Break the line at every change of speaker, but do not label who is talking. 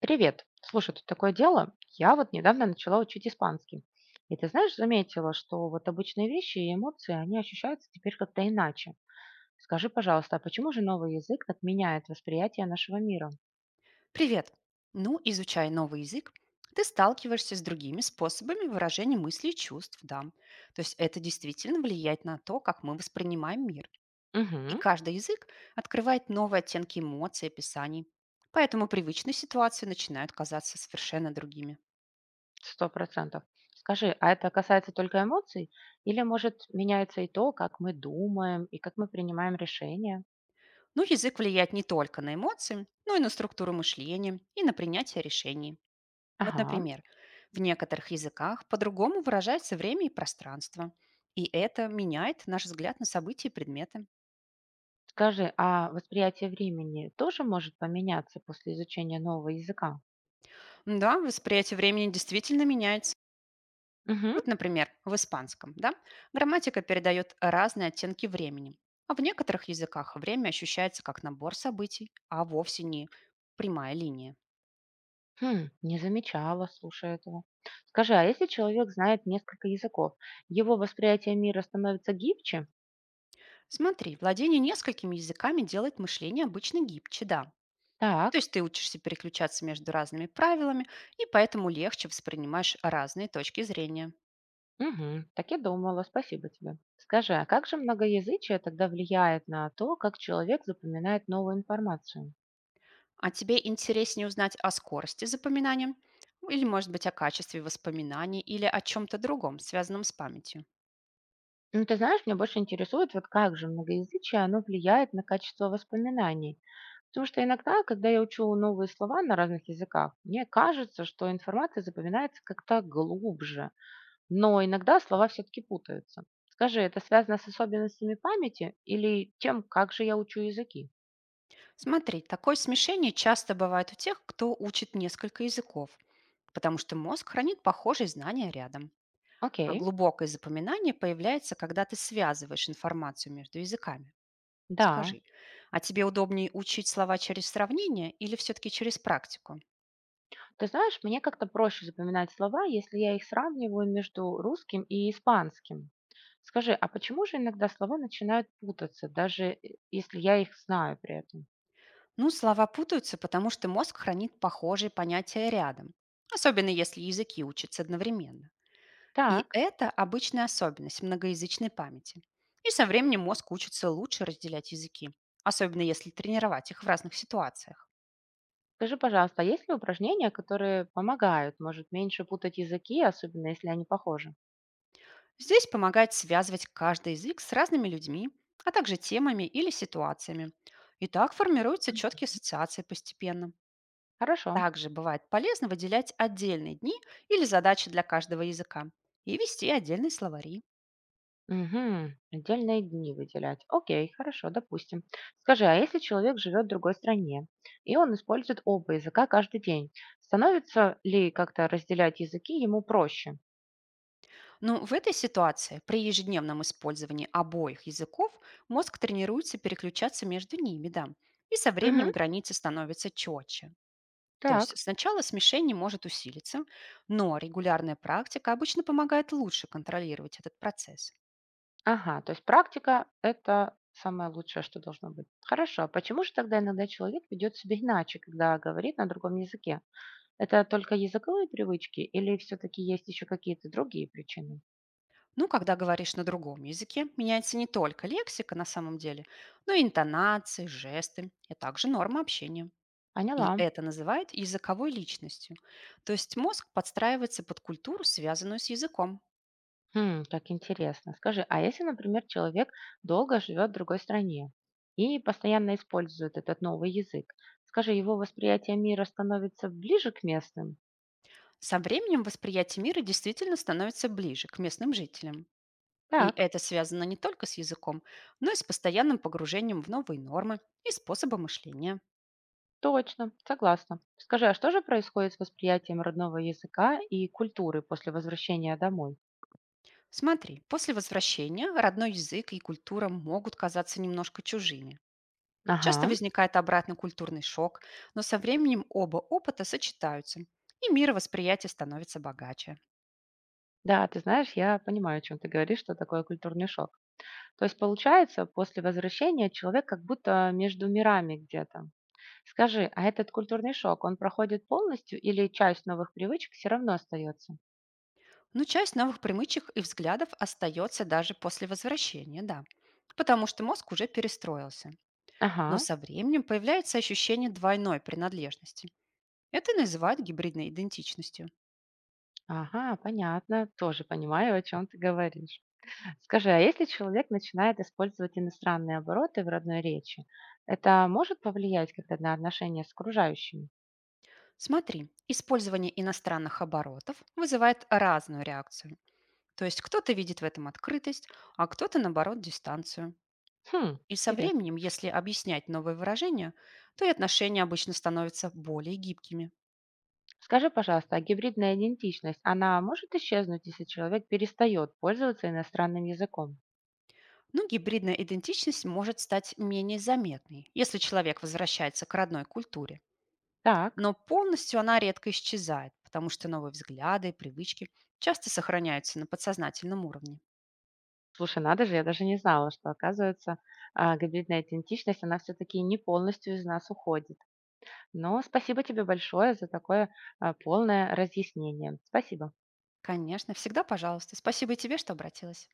Привет. Слушай, тут такое дело. Я вот недавно начала учить испанский. И ты знаешь, заметила, что вот обычные вещи и эмоции, они ощущаются теперь как-то иначе. Скажи, пожалуйста, а почему же новый язык так меняет восприятие нашего мира?
Привет! Ну, изучая новый язык, ты сталкиваешься с другими способами выражения мыслей и чувств, да. То есть это действительно влияет на то, как мы воспринимаем мир. И
Угу,
каждый язык открывает новые оттенки эмоций, описаний. Поэтому привычные ситуации начинают казаться совершенно другими.
100%. Скажи, а это касается только эмоций? Или, может, меняется и то, как мы думаем и как мы принимаем решения?
Ну, язык влияет не только на эмоции, но и на структуру мышления и на принятие решений. Вот,
Ага.
например, в некоторых языках по-другому выражается время и пространство. И это меняет наш взгляд на события и предметы.
Скажи, а восприятие времени тоже может поменяться после изучения нового языка?
Да, восприятие времени действительно меняется.
Мгм.
Вот, например, в испанском, да, грамматика передает разные оттенки времени. А в некоторых языках время ощущается как набор событий, а вовсе не прямая линия.
Хм, не замечала, слушай, этого. Скажи, а если человек знает несколько языков, его восприятие мира становится гибче?
Смотри, владение несколькими языками делает мышление обычно гибче, да, то
Так,
есть ты учишься переключаться между разными правилами и поэтому легче воспринимаешь разные точки зрения.
мгм, так и думала, спасибо тебе. Скажи, а как же многоязычие тогда влияет на то, как человек запоминает новую информацию?
А тебе интереснее узнать о скорости запоминания? Ну, или, может быть, о качестве воспоминаний или о чем-то другом, связанном с памятью.
Ну, ты знаешь, меня больше интересует, вот как же многоязычие, оно влияет на качество воспоминаний. Потому что иногда, когда я учу новые слова на разных языках, мне кажется, что информация запоминается как-то глубже. Но иногда слова все-таки путаются. Скажи, это связано с особенностями памяти или тем, как же я учу языки?
Смотри, такое смешение часто бывает у тех, кто учит несколько языков, потому что мозг хранит похожие знания рядом. А
Окей,
глубокое запоминание появляется, когда ты связываешь информацию между языками.
да.
Скажи, а тебе удобнее учить слова через сравнение или все-таки через практику?
Ты знаешь, мне как-то проще запоминать слова, если я их сравниваю между русским и испанским. Скажи, а почему же иногда слова начинают путаться, даже если я их знаю при этом?
Ну, слова путаются, потому что мозг хранит похожие понятия рядом, особенно если языки учатся одновременно. И
Так,
это обычная особенность многоязычной памяти. И со временем мозг учится лучше разделять языки, особенно если тренировать их в разных ситуациях.
скажи, пожалуйста, а есть ли упражнения, которые помогают, может, меньше путать языки, особенно если они похожи?
Здесь помогает связывать каждый язык с разными людьми, а также темами или ситуациями. И так формируются четкие ассоциации постепенно.
Хорошо.
Также бывает полезно выделять отдельные дни или задачи для каждого языка и вести отдельные словари.
Мгм. Отдельные дни выделять. Окей, хорошо, допустим. Скажи, а если человек живет в другой стране, и он использует оба языка каждый день, становится ли как-то разделять языки ему проще?
Но в этой ситуации при ежедневном использовании обоих языков мозг тренируется переключаться между ними, да, и со
Угу,
временем границы становятся четче. То есть
так.
сначала смешение может усилиться, но регулярная практика обычно помогает лучше контролировать этот процесс.
Ага, то есть практика– это самое лучшее, что должно быть. Хорошо, а почему же тогда иногда человек ведет себя иначе, когда говорит на другом языке? Это только языковые привычки или все-таки есть еще какие-то другие причины?
Ну, когда говоришь на другом языке, меняется не только лексика на самом деле, но и интонации, жесты, а также нормы общения.
Поняла.
И это называют языковой личностью. То есть мозг подстраивается под культуру, связанную с языком.
Хм, как интересно. Скажи, а если, например, человек долго живет в другой стране и постоянно использует этот новый язык, скажи, его восприятие мира становится ближе к местным?
Со временем восприятие мира действительно становится ближе к местным жителям. И
Так,
это связано не только с языком, но и с постоянным погружением в новые нормы и способы мышления.
точно, согласна. Скажи, а что же происходит с восприятием родного языка и культуры после возвращения домой?
Смотри, после возвращения родной язык и культура могут казаться немножко чужими. Часто
Ага,
возникает обратный культурный шок, но со временем оба опыта сочетаются, и мировосприятие становится богаче.
да, ты знаешь, я понимаю, о чем ты говоришь, что такое культурный шок. То есть, получается, после возвращения человек как будто между мирами где-то. Скажи, а этот культурный шок, он проходит полностью или часть новых привычек все равно остается?
Но часть новых привычек и взглядов остается даже после возвращения, да, потому что мозг уже перестроился.
Ага,
Но со временем появляется ощущение двойной принадлежности. Это называют гибридной идентичностью.
ага, понятно, тоже понимаю, о чем ты говоришь. Скажи, а если человек начинает использовать иностранные обороты в родной речи, это может повлиять как-то на отношения с окружающими?
Смотри, использование иностранных оборотов вызывает разную реакцию. То есть кто-то видит в этом открытость, а кто-то, наоборот, дистанцию.
Хм,
И со
интересно.
временем, если объяснять новые выражения, то и отношения обычно становятся более гибкими.
Скажи, пожалуйста, а гибридная идентичность, она может исчезнуть, если человек перестает пользоваться иностранным языком?
Но гибридная идентичность может стать менее заметной, если человек возвращается к родной культуре.
Так.
Но полностью она редко исчезает, потому что новые взгляды и привычки часто сохраняются на подсознательном уровне.
Слушай, надо же, я даже не знала, что, оказывается, гибридная идентичность, она все-таки не полностью из нас уходит. Но спасибо тебе большое за такое полное разъяснение. Спасибо.
Конечно, всегда пожалуйста. Спасибо и тебе, что обратилась.